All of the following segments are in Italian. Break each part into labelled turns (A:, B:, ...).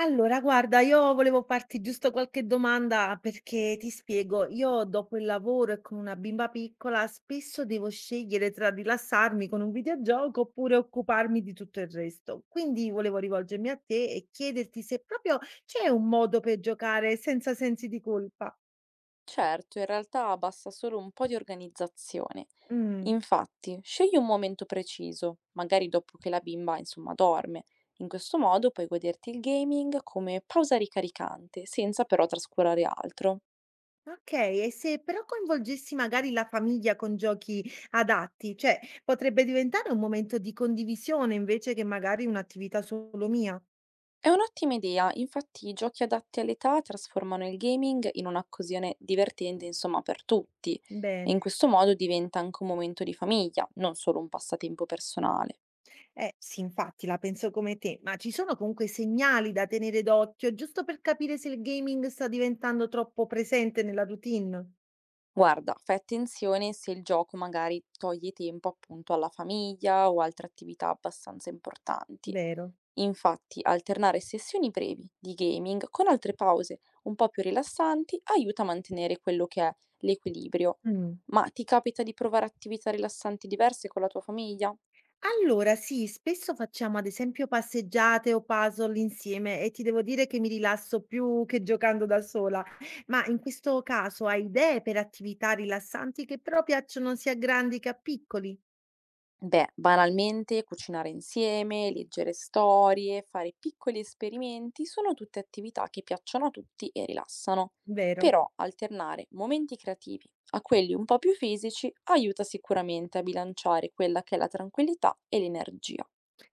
A: Allora guarda, io volevo farti giusto qualche domanda perché ti spiego, io dopo il lavoro e con una bimba piccola spesso devo scegliere tra rilassarmi con un videogioco oppure occuparmi di tutto il resto. Quindi volevo rivolgermi a te e chiederti se proprio c'è un modo per giocare senza sensi di colpa.
B: Certo, in realtà basta solo un po' di organizzazione.
A: Mm,
B: Infatti, scegli un momento preciso, magari dopo che la bimba, insomma, dorme. In questo modo puoi goderti il gaming come pausa ricaricante, senza però trascurare altro.
A: ok, e se però coinvolgessi magari la famiglia con giochi adatti, cioè potrebbe diventare un momento di condivisione invece che magari un'attività solo mia.
B: È un'ottima idea, infatti i giochi adatti all'età trasformano il gaming in un'occasione divertente, insomma, per tutti, e in
A: Bene.
B: questo modo diventa anche un momento di famiglia, non solo un passatempo personale.
A: Eh sì, infatti la penso come te, ma ci sono comunque segnali da tenere d'occhio, giusto per capire se il gaming sta diventando troppo presente nella routine?
B: Guarda, fai attenzione se il gioco magari toglie tempo appunto alla famiglia o altre attività abbastanza importanti.
A: Vero.
B: Infatti, alternare sessioni brevi di gaming con altre pause un po' più rilassanti aiuta a mantenere quello che è l'equilibrio.
A: Mm.
B: Ma ti capita di provare attività rilassanti diverse con la tua famiglia?
A: Allora, sì, spesso facciamo ad esempio passeggiate o puzzle insieme e ti devo dire che mi rilasso più che giocando da sola. Ma in questo caso hai idee per attività rilassanti che però piacciono sia a grandi che a piccoli?
B: Beh, banalmente cucinare insieme, leggere storie, fare piccoli esperimenti sono tutte attività che piacciono a tutti e rilassano.
A: Vero.
B: Però alternare momenti creativi a quelli un po' più fisici aiuta sicuramente a bilanciare quella che è la tranquillità e l'energia.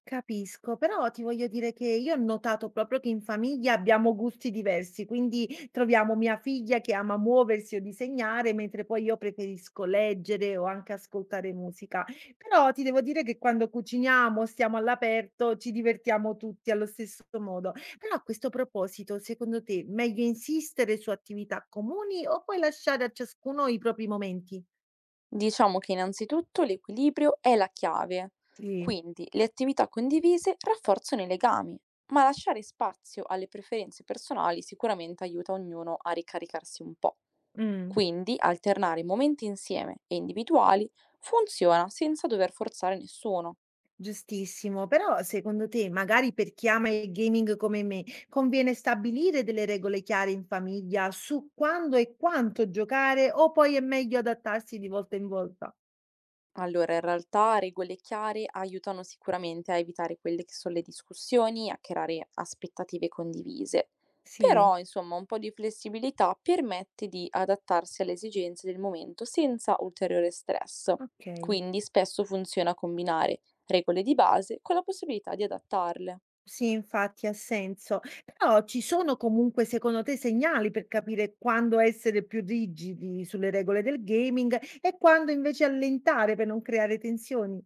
A: Capisco, però ti voglio dire che io ho notato proprio che in famiglia abbiamo gusti diversi, quindi troviamo mia figlia che ama muoversi o disegnare, mentre poi io preferisco leggere o anche ascoltare musica. Però ti devo dire che quando cuciniamo, stiamo all'aperto, ci divertiamo tutti allo stesso modo. Però a questo proposito, secondo te, meglio insistere su attività comuni o puoi lasciare a ciascuno i propri momenti?
B: Diciamo che innanzitutto l'equilibrio è la chiave,
A: Sì.
B: quindi le attività condivise rafforzano i legami, ma lasciare spazio alle preferenze personali sicuramente aiuta ognuno a ricaricarsi un po'.
A: Mm.
B: Quindi alternare momenti insieme e individuali funziona senza dover forzare nessuno.
A: Giustissimo, però secondo te, magari per chi ama il gaming come me, conviene stabilire delle regole chiare in famiglia su quando e quanto giocare o poi è meglio adattarsi di volta in volta?
B: Allora, in realtà regole chiare aiutano sicuramente a evitare quelle che sono le discussioni, a creare aspettative condivise.
A: Sì,
B: Però, insomma, un po' di flessibilità permette di adattarsi alle esigenze del momento senza ulteriore stress.
A: ok.
B: Quindi spesso funziona combinare regole di base con la possibilità di adattarle.
A: Sì, infatti ha senso. Però ci sono comunque, secondo te, segnali per capire quando essere più rigidi sulle regole del gaming e quando invece allentare per non creare tensioni?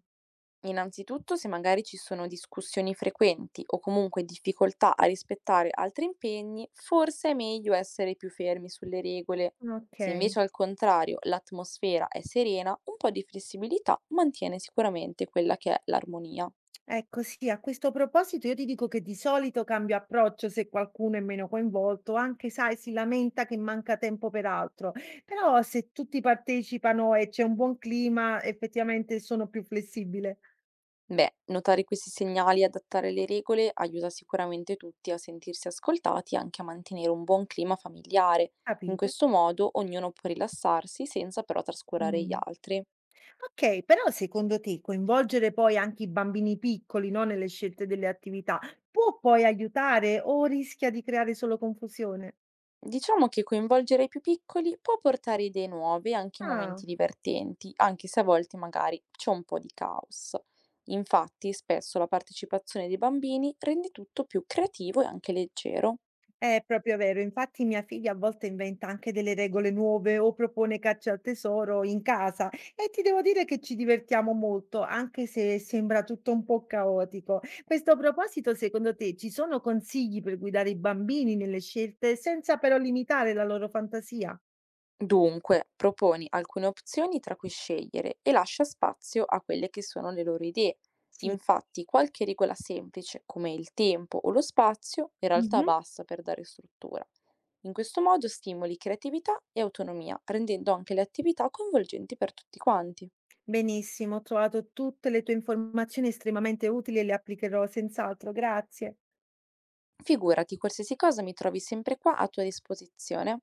B: Innanzitutto, se magari ci sono discussioni frequenti o comunque difficoltà a rispettare altri impegni, forse è meglio essere più fermi sulle regole.
A: Ok.
B: Se invece al contrario l'atmosfera è serena, un po' di flessibilità mantiene sicuramente quella che è l'armonia.
A: Ecco sì, a questo proposito io ti dico che di solito cambio approccio se qualcuno è meno coinvolto, anche sai, si lamenta che manca tempo per altro, però se tutti partecipano e c'è un buon clima, effettivamente sono più flessibile.
B: Beh, notare questi segnali e adattare le regole aiuta sicuramente tutti a sentirsi ascoltati e anche a mantenere un buon clima familiare. In
A: Capito?
B: questo modo ognuno può rilassarsi senza però trascurare gli
A: Mm.
B: altri.
A: Ok, però secondo te coinvolgere poi anche i bambini piccoli, no, nelle scelte delle attività può poi aiutare o rischia di creare solo confusione?
B: Diciamo che coinvolgere i più piccoli può portare idee nuove e anche
A: Ah.
B: momenti divertenti, anche se a volte magari c'è un po' di caos. Infatti, spesso la partecipazione dei bambini rende tutto più creativo e anche leggero.
A: È proprio vero, infatti mia figlia a volte inventa anche delle regole nuove o propone caccia al tesoro in casa e ti devo dire che ci divertiamo molto, anche se sembra tutto un po' caotico. Questo a proposito, secondo te ci sono consigli per guidare i bambini nelle scelte senza però limitare la loro fantasia?
B: Dunque, proponi alcune opzioni tra cui scegliere e lascia spazio a quelle che sono le loro idee.
A: Sì.
B: Infatti, qualche regola semplice, come il tempo o lo spazio, in realtà
A: Mhm.
B: basta per dare struttura. In questo modo stimoli creatività e autonomia, rendendo anche le attività coinvolgenti per tutti quanti.
A: Benissimo, ho trovato tutte le tue informazioni estremamente utili e le applicherò senz'altro. Grazie.
B: Figurati, qualsiasi cosa mi trovi sempre qua a tua disposizione.